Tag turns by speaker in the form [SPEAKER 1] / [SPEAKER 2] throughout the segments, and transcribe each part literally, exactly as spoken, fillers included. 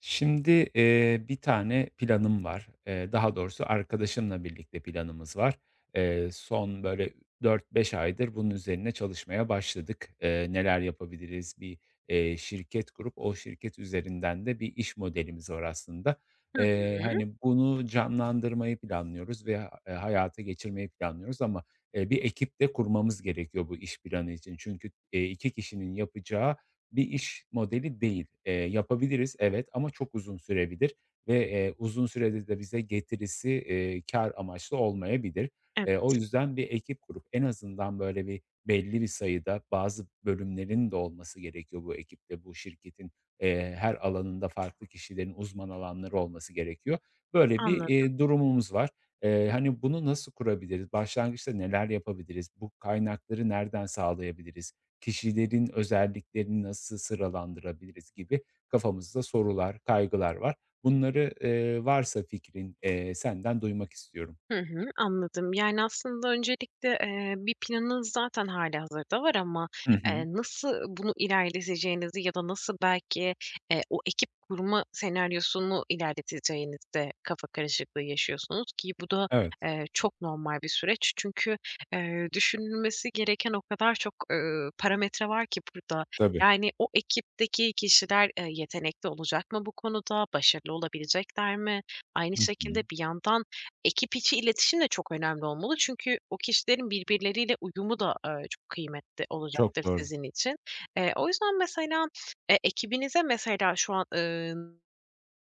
[SPEAKER 1] Şimdi, eee, bir tane planım var. Eee, daha doğrusu arkadaşımla birlikte planımız var. Eee, son böyle dört beş aydır bunun üzerine çalışmaya başladık. Eee, neler yapabiliriz? Bir, eee, şirket kurup o şirket üzerinden de bir iş modelimiz var aslında.
[SPEAKER 2] Hı
[SPEAKER 1] Eee,
[SPEAKER 2] hı.
[SPEAKER 1] hani, bunu canlandırmayı planlıyoruz ve ha eee, hayata geçirmeyi planlıyoruz ama eee, bir ekip de kurmamız gerekiyor bu iş planı için. Çünkü eee, iki kişinin yapacağı bir iş modeli değil. Eee, yapabiliriz evet ama çok uzun sürebilir ve eee, uzun sürede de bize getirisi eee, kâr amaçlı olmayabilir. Eee, o
[SPEAKER 2] Evet,
[SPEAKER 1] yüzden bir ekip kurup en azından böyle bir belli bir sayıda bazı bölümlerin de olması gerekiyor bu ekipte, bu şirketin eee, her alanında farklı kişilerin uzman alanları olması gerekiyor. Böyle bir,
[SPEAKER 2] anladım.
[SPEAKER 1] eee, durumumuz var. Eee, hani, bunu nasıl kurabiliriz? Başlangıçta neler yapabiliriz? Bu kaynakları nereden sağlayabiliriz? Kişilerin özelliklerini nasıl sıralandırabiliriz gibi kafamızda sorular, kaygılar var. Bunları, eee, varsa fikrin, eee, senden duymak istiyorum.
[SPEAKER 2] Hı hı, anladım. Yani, aslında öncelikle, eee, bir planınız zaten hâlihazırda var ama,
[SPEAKER 1] Hı
[SPEAKER 2] eee,
[SPEAKER 1] hı.
[SPEAKER 2] nasıl bunu ilerleteceğinizi ya da nasıl belki, eee, o ekip kurma senaryosunu ilerleteceğinizde kafa karışıklığı yaşıyorsunuz ki bu da,
[SPEAKER 1] Evet,
[SPEAKER 2] eee, çok normal bir süreç. Çünkü, eee, düşünülmesi gereken o kadar çok, ııı, parametre var ki burada.
[SPEAKER 1] tabii.
[SPEAKER 2] Yani, o ekipteki kişiler, eee, yetenekli olacak mı bu konuda? Başarılı olabilecekler mi? Aynı
[SPEAKER 1] Hı hı.
[SPEAKER 2] şekilde bir yandan ekip içi iletişim de çok önemli olmalı çünkü o kişilerin birbirleriyle uyumu da, eee, çok kıymetli olacaktır
[SPEAKER 1] Çok doğru.
[SPEAKER 2] sizin için. Eee, o yüzden mesela, eee, ekibinize mesela şu an, ııı,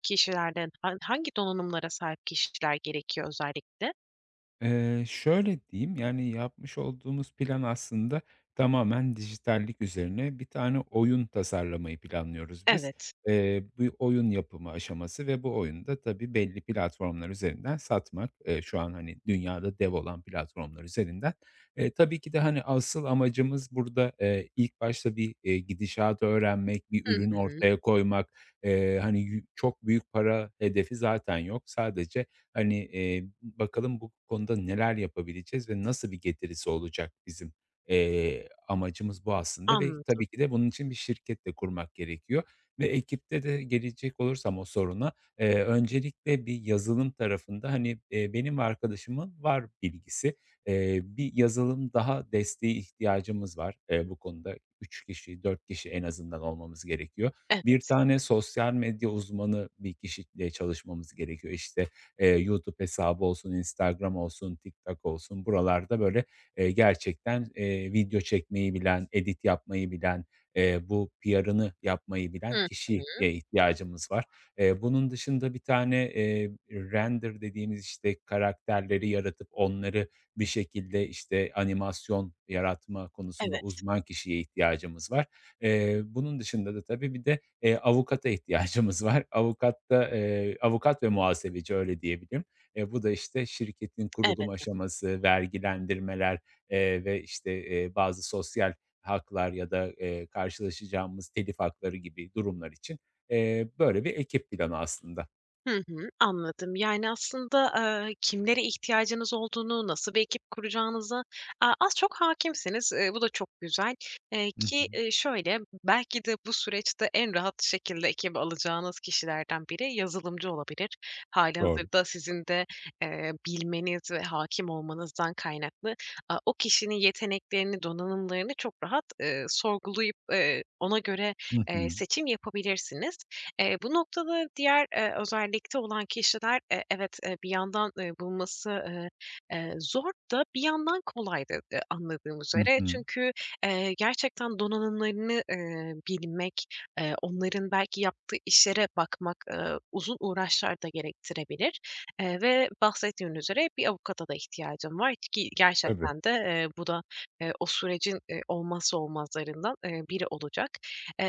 [SPEAKER 2] kişilerden han hangi donanımlara sahip kişiler gerekiyor özellikle?
[SPEAKER 1] Eee, şöyle diyeyim, yani, yapmış olduğumuz plan aslında tamamen dijitallik üzerine bir tane oyun tasarlamayı planlıyoruz biz.
[SPEAKER 2] Evet.
[SPEAKER 1] Eee, bir oyun yapımı aşaması ve bu oyunda tabii belli platformlar üzerinden satmak. Eee, şu an, hani, dünyada dev olan platformlar üzerinden. Eee, tabii ki de, hani, asıl amacımız burada eee, ilk başta bir, eee, gidişatı öğrenmek, bir
[SPEAKER 2] Hı
[SPEAKER 1] ürün
[SPEAKER 2] hı.
[SPEAKER 1] ortaya koymak. Eee, hani, yü çok büyük para hedefi zaten yok. Sadece. Hani, eee, bakalım bu konuda neler yapabileceğiz ve nasıl bir getirisi olacak bizim? Eee, amacımız bu aslında ve
[SPEAKER 2] Anladım.
[SPEAKER 1] tabii ki de bunun için bir şirket de kurmak gerekiyor ve ekipte de gelecek olursam o soruna, eee, öncelikle bir yazılım tarafında, hani, eee, benim ve arkadaşımın var bilgisi. Eee, bir yazılım daha desteği ihtiyacımız var. Eee, bu konuda üç kişi, dört kişi en azından olmamız gerekiyor. Bir
[SPEAKER 2] Evet.
[SPEAKER 1] tane sosyal medya uzmanı bir kişiyle çalışmamız gerekiyor. İşte, Eee, YouTube hesabı olsun, Instagram olsun, TikTok olsun buralarda böyle, eee, gerçekten, eee, video çekmeyi bilen, edit yapmayı bilen, eee, bu P R'ını yapmayı
[SPEAKER 2] Hı
[SPEAKER 1] bilen
[SPEAKER 2] hı.
[SPEAKER 1] kişiye ihtiyacımız var. Eee, bunun dışında bir tane, eee, render dediğimiz, işte, karakterleri yaratıp onları bir şekilde, işte, animasyon yaratma konusunda
[SPEAKER 2] Evet,
[SPEAKER 1] uzman kişiye ihtiyacımız var. Eee, bunun dışında da tabii bir de Eee, avukata ihtiyacımız var. Avukat da, eee, avukat ve muhasebeci öyle diyebilirim. Eee, bu da, işte, şirketin
[SPEAKER 2] evet.
[SPEAKER 1] kurulum aşaması, vergilendirmeler, eee, ve, işte, eee, bazı sosyal haklar ya da, eee, karşılaşacağımız telif hakları gibi durumlar için, eee, böyle bir ekip planı aslında.
[SPEAKER 2] Hı hı, anladım. Yani, aslında, eee, kimlere ihtiyacınız olduğunu, nasıl bir ekip kuracağınıza, aaa, az çok hakimsiniz. Eee, bu da çok güzel, eee,
[SPEAKER 1] Hı
[SPEAKER 2] ki,
[SPEAKER 1] hı.
[SPEAKER 2] eee, şöyle, belki de bu süreçte en rahat şekilde ekibe alacağınız kişilerden biri yazılımcı olabilir.
[SPEAKER 1] Doğru.
[SPEAKER 2] Hâlihazırda sizin de, eee, bilmeniz ve hakim olmanızdan kaynaklı, aaa, o kişinin yeteneklerini, donanımlarını çok rahat, eee, sorgulayıp, eee, ona göre,
[SPEAKER 1] Hı
[SPEAKER 2] eee,
[SPEAKER 1] hı.
[SPEAKER 2] seçim yapabilirsiniz. Eee, bu noktada diğer, eee, özellikte olan kişiler, eee, evet, eee, bir yandan, eee, bulması, eee, eee, zor da bir yandan kolay da, eee, anladığım
[SPEAKER 1] Hı
[SPEAKER 2] üzere.
[SPEAKER 1] hı.
[SPEAKER 2] Çünkü, eee, gerçekten donanımlarını, eee, bilmek, eee, onların belki yaptığı işlere bakmak, eee, uzun uğraşlar da gerektirebilir, eee, ve bahsettiğin üzere bir avukata da ihtiyacım var ki
[SPEAKER 1] Tabii.
[SPEAKER 2] gerçekten de, eee, bu da, eee, o sürecin, eee, olmazsa olmazlarından, eee, biri olacak.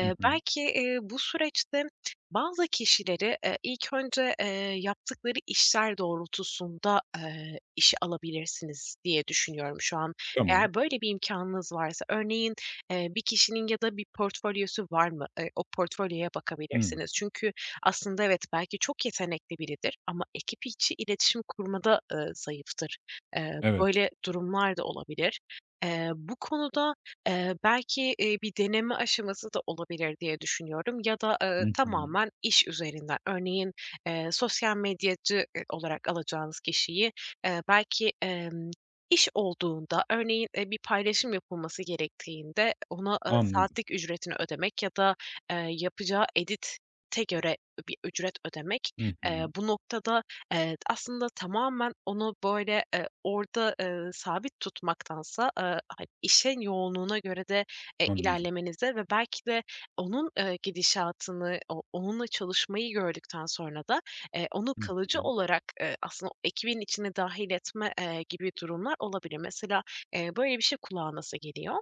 [SPEAKER 1] Hı hı.
[SPEAKER 2] Belki, eee, bu süreçte bazı kişileri, eee, ilk önce, eee, yaptıkları işler doğrultusunda, eee, işe alabilirsiniz diye düşünüyorum şu an.
[SPEAKER 1] Tamam.
[SPEAKER 2] Eğer böyle bir imkanınız varsa, örneğin, eee, bir kişinin ya da bir portfolyosu var mı? Eee, o portfolyoya
[SPEAKER 1] Hıı.
[SPEAKER 2] bakabilirsiniz. Çünkü aslında evet, belki çok yetenekli biridir ama ekip içi iletişim kurmada, eee, zayıftır. Eee,
[SPEAKER 1] Evet.
[SPEAKER 2] böyle durumlar da olabilir. Eee, bu konuda, Eee, belki, eee, bir deneme aşaması da olabilir diye düşünüyorum ya da, eee,
[SPEAKER 1] Hı hı.
[SPEAKER 2] tamamen iş üzerinden. Örneğin, eee, sosyal medyacı, eee, olarak alacağınız kişiyi, eee, belki, emm, iş olduğunda, örneğin, eee, bir paylaşım yapılması gerektiğinde ona, eee,
[SPEAKER 1] Anladım.
[SPEAKER 2] saatlik ücretini ödemek ya da, eee, yapacağı edite göre bir ücret ödemek.
[SPEAKER 1] Hı
[SPEAKER 2] Eee,
[SPEAKER 1] hı.
[SPEAKER 2] bu noktada evet, aslında tamamen onu, böyle, eee, orada, eee, sabit tutmaktansa, eee, hani, işin yoğunluğuna göre de, eee,
[SPEAKER 1] Anladım.
[SPEAKER 2] ilerlemenize ve belki de onun, eee, gidişatını, o onunla çalışmayı gördükten sonra da, eee, onu
[SPEAKER 1] Hı
[SPEAKER 2] kalıcı
[SPEAKER 1] hı.
[SPEAKER 2] olarak, eee, aslında o ekibin içine dahil etme, eee, gibi durumlar olabilir. Mesela, eee, böyle bir şey kulağa nasıl geliyor?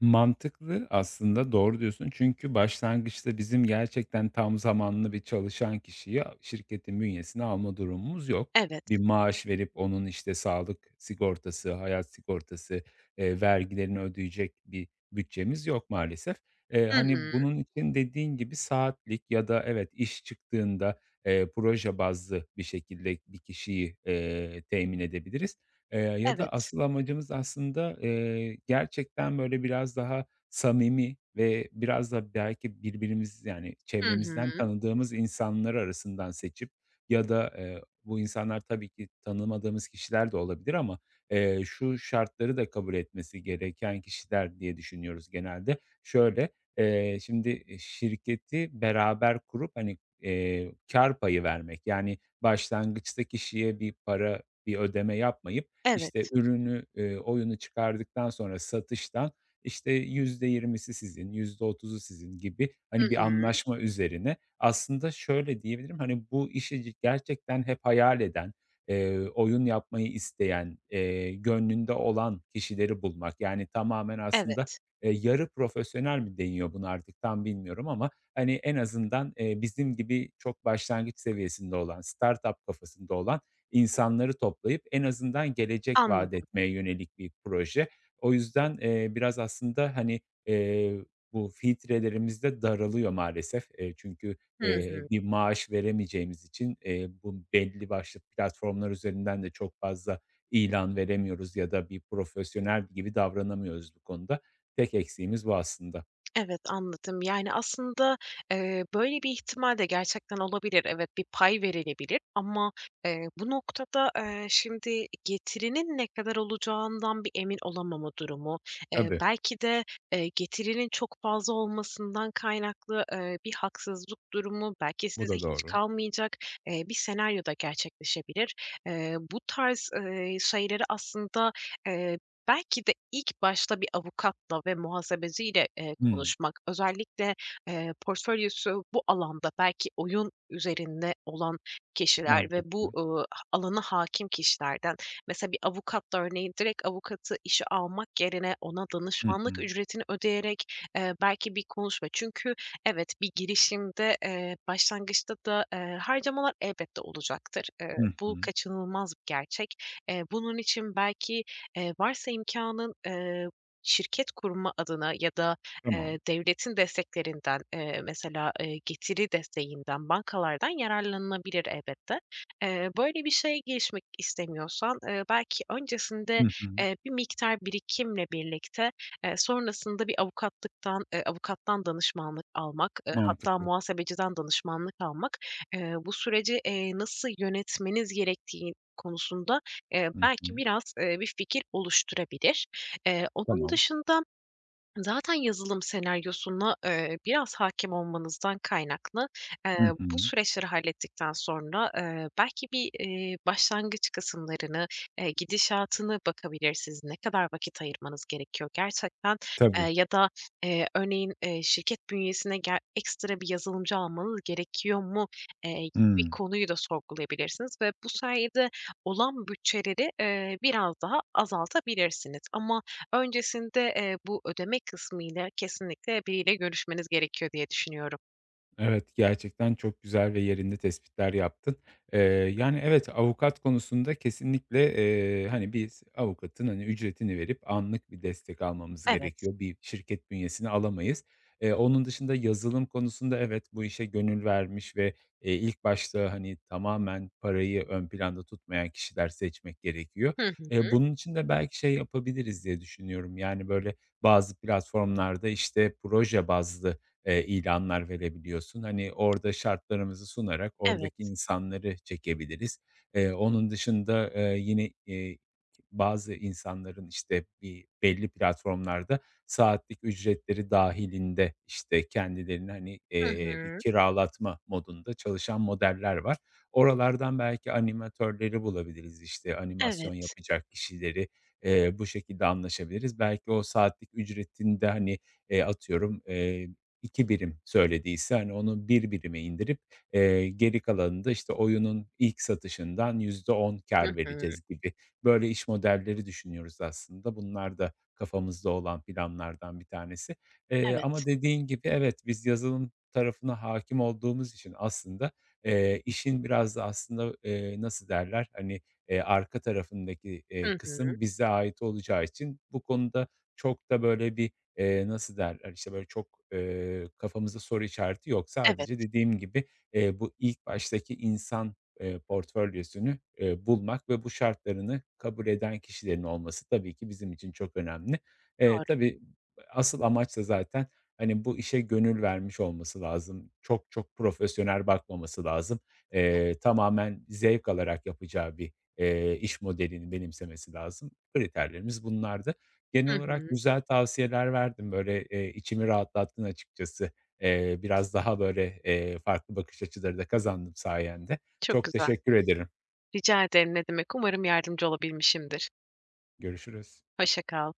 [SPEAKER 1] Mantıklı aslında, doğru diyorsun. Çünkü başlangıçta bizim gerçekten tam zamanlı bir çalışan kişiyi şirketin bünyesine alma durumumuz yok.
[SPEAKER 2] Evet.
[SPEAKER 1] Bir maaş verip onun, işte, sağlık sigortası, hayat sigortası, eee, vergilerini ödeyecek bir bütçemiz yok maalesef. Eee,
[SPEAKER 2] Hı hı.
[SPEAKER 1] hani, bunun için dediğin gibi saatlik ya da evet, iş çıktığında, eee, proje bazlı bir şekilde bir kişiyi, eee, temin edebiliriz. Eee, ya da
[SPEAKER 2] Evet.
[SPEAKER 1] asıl amacımız aslında, eee, gerçekten böyle biraz daha samimi ve biraz da belki birbirimiz yani
[SPEAKER 2] Hı hı.
[SPEAKER 1] çevremizden tanıdığımız insanlar arasından seçip ya da eee, bu insanlar tabii ki tanımadığımız kişiler de olabilir ama eee, şu şartları da kabul etmesi gereken kişiler diye düşünüyoruz genelde. Şöyle, eee, şimdi, şirketi beraber kurup, hani, eee, kâr payı vermek, yani başlangıçta kişiye bir para, bir ödeme yapmayıp işte
[SPEAKER 2] Evet.
[SPEAKER 1] ürünü, eee, oyunu çıkardıktan sonra satıştan, işte, yüzde yirmisi sizin, yüzde otuzu sizin gibi,
[SPEAKER 2] Hı
[SPEAKER 1] hani, bir
[SPEAKER 2] hı.
[SPEAKER 1] anlaşma üzerine. Aslında şöyle diyebilirim, hani, bu işi gerçekten hep hayal eden, eee, oyun yapmayı isteyen, eee, gönlünde olan kişileri bulmak, yani, tamamen aslında,
[SPEAKER 2] Evet.
[SPEAKER 1] eee, yarı profesyonel mi deniyor buna artık tam bilmiyorum ama, hani, en azından, eee, bizim gibi çok başlangıç seviyesinde olan, startup kafasında olan İnsanları toplayıp en azından gelecek vaat
[SPEAKER 2] Anladım.
[SPEAKER 1] etmeye yönelik bir proje. O yüzden, eee, biraz aslında, hani, eee, bu filtrelerimiz de daralıyor maalesef. Eee, çünkü,
[SPEAKER 2] Hı
[SPEAKER 1] eee,
[SPEAKER 2] hı.
[SPEAKER 1] bir maaş veremeyeceğimiz için, eee, bu belli başlı platformlar üzerinden de çok fazla ilan veremiyoruz ya da bir profesyonel gibi davranamıyoruz bu konuda. Tek eksiğimiz bu aslında.
[SPEAKER 2] Evet, anladım. Yani, aslında, eee, böyle bir ihtimal de gerçekten olabilir. Evet, bir pay verilebilir ama, eee, bu noktada, eee, şimdi getirinin ne kadar olacağından bir emin olamama durumu, eee,
[SPEAKER 1] Tabii,
[SPEAKER 2] belki de, eee, getirinin çok fazla olmasından kaynaklı, eee, bir haksızlık durumu, belki
[SPEAKER 1] bu
[SPEAKER 2] size
[SPEAKER 1] da
[SPEAKER 2] hiç
[SPEAKER 1] doğru.
[SPEAKER 2] kalmayacak, eee, bir senaryo da gerçekleşebilir. Eee, bu tarz, eee, şeyleri aslında, belki de ilk başta bir avukatla ve muhasebeciyle, eee,
[SPEAKER 1] Hıı.
[SPEAKER 2] konuşmak, özellikle, eee, portfolyosu bu alanda belki oyun üzerinde olan kişiler ve bu,
[SPEAKER 1] Mantıklı.
[SPEAKER 2] ııı, alana hâkim kişilerden, mesela bir avukatla örneğin direkt avukatı işe almak yerine ona
[SPEAKER 1] Hı
[SPEAKER 2] danışmanlık
[SPEAKER 1] hı.
[SPEAKER 2] ücretini ödeyerek, eee, belki bir konuşma. Çünkü evet, bir girişimde, eee, başlangıçta da, eee, harcamalar elbette olacaktır. Eee,
[SPEAKER 1] Hı
[SPEAKER 2] bu
[SPEAKER 1] hı.
[SPEAKER 2] kaçınılmaz bir gerçek. Eee, bunun için belki, Eee, varsa imkânın, eee, şirket kurma adına ya da, eee,
[SPEAKER 1] Tamam.
[SPEAKER 2] devletin desteklerinden, eee, mesela, eee, getiri desteğinden, bankalardan yararlanılabilir elbette. Eee, böyle bir şeye girişmek istemiyorsan, eee, belki öncesinde,
[SPEAKER 1] Hı hı.
[SPEAKER 2] eee, bir miktar birikimle birlikte, eee, sonrasında bir avukatlıktan, eee, avukattan danışmanlık almak, eee, hatta
[SPEAKER 1] Mantıklı.
[SPEAKER 2] muhasebeciden danışmanlık almak, eee, bu süreci, eee, nasıl yönetmeniz gerektiği konusunda Eee,
[SPEAKER 1] Hı hı.
[SPEAKER 2] belki biraz, eee, bir fikir oluşturabilir. Eee, onun
[SPEAKER 1] Tamam.
[SPEAKER 2] dışında, zaten yazılım senaryosuna, eee, biraz hakim olmanızdan kaynaklı,
[SPEAKER 1] Hı
[SPEAKER 2] eee, bu
[SPEAKER 1] hı.
[SPEAKER 2] süreçleri hallettikten sonra, eee, belki bir, eee, başlangıç kısımlarını, eee, gidişatını bakabilirsiniz. Ne kadar vakit ayırmanız gerekiyor gerçekten, eee,
[SPEAKER 1] Tabii.
[SPEAKER 2] ya da, eee, örneğin, eee, şirket bünyesine gel ekstra bir yazılımcı almanız gerekiyor mu, eee, gibi bir
[SPEAKER 1] Hıı.
[SPEAKER 2] konuyu da sorgulayabilirsiniz ve bu sayede olan bütçeleri, eee, biraz daha azaltabilirsiniz. Ama öncesinde, eee, bu ödeme kısmıyla kesinlikle biriyle görüşmeniz gerekiyor diye düşünüyorum.
[SPEAKER 1] Evet, gerçekten çok güzel ve yerinde tespitler yaptın. Eee, yani, evet, avukat konusunda kesinlikle, eee, hani, biz avukatın, hani, ücretini verip anlık bir destek almamız
[SPEAKER 2] Evet.
[SPEAKER 1] gerekiyor. Bir şirket bünyesine alamayız. Eee, onun dışında yazılım konusunda evet, bu işe gönül vermiş ve eee, ilk başta, hani, tamamen parayı ön planda tutmayan kişiler seçmek gerekiyor.
[SPEAKER 2] Hı hı.
[SPEAKER 1] Eee, bunun için de belki şey yapabiliriz diye düşünüyorum, yani, böyle, bazı platformlarda, işte, proje bazlı, eee, ilanlar verebiliyorsun. Hani, orada şartlarımızı sunarak oradaki
[SPEAKER 2] Evet.
[SPEAKER 1] insanları çekebiliriz. Eee, onun dışında, eee, yine, eee, bazı insanların, işte, bir belli platformlarda saatlik ücretleri dahilinde işte, kendilerini, hani,
[SPEAKER 2] Hı
[SPEAKER 1] eee, bir
[SPEAKER 2] hı.
[SPEAKER 1] kiralatma modunda çalışan modeller var. Oralardan belki animatörleri bulabiliriz, işte, animasyon
[SPEAKER 2] Evet.
[SPEAKER 1] yapacak kişileri, eee, bu şekilde anlaşabiliriz. Belki o saatlik ücretinde hani, eee, atıyorum, iki birim söylediyse, hani, onu bir birime indirip, eee, geri kalanında işte, oyunun ilk satışından yüzde on
[SPEAKER 2] Hı
[SPEAKER 1] kar
[SPEAKER 2] hı.
[SPEAKER 1] vereceğiz gibi böyle iş modelleri düşünüyoruz aslında. Bunlar da kafamızda olan planlardan bir tanesi. Eee,
[SPEAKER 2] Evet.
[SPEAKER 1] ama dediğin gibi evet, biz yazılım tarafına hakim olduğumuz için aslında, eee, işin biraz da aslında, eee, nasıl derler, hani, eee, arka tarafındaki eee,
[SPEAKER 2] Hı hı.
[SPEAKER 1] kısım bize ait olacağı için bu konuda çok da böyle bir Eee, nasıl derler, işte, böyle, çok, eee, kafamızda soru işareti yok. Sadece
[SPEAKER 2] Evet,
[SPEAKER 1] dediğim gibi, eee, bu ilk baştaki insan, eee, portfolyosunu, eee, bulmak ve bu şartlarını kabul eden kişilerin olması tabii ki bizim için çok önemli. Eee,
[SPEAKER 2] doğru
[SPEAKER 1] tabii asıl amaç da zaten, hani, bu işe gönül vermiş olması lazım. Çok çok profesyonel bakmaması lazım.
[SPEAKER 2] tabii.
[SPEAKER 1] Eee, tamamen zevk alarak yapacağı bir eee, iş modelini benimsemesi lazım. Kriterlerimiz bunlardı. Genel
[SPEAKER 2] Hı
[SPEAKER 1] olarak
[SPEAKER 2] hı.
[SPEAKER 1] güzel tavsiyeler verdin, böyle, eee, içimi rahatlattın açıkçası. Eee, biraz daha, böyle, eee, farklı bakış açıları da kazandım sayende.
[SPEAKER 2] Çok
[SPEAKER 1] Çok
[SPEAKER 2] güzel.
[SPEAKER 1] teşekkür ederim.
[SPEAKER 2] Rica ederim, ne demek. Umarım yardımcı olabilmişimdir.
[SPEAKER 1] Görüşürüz.
[SPEAKER 2] Hoşça kal.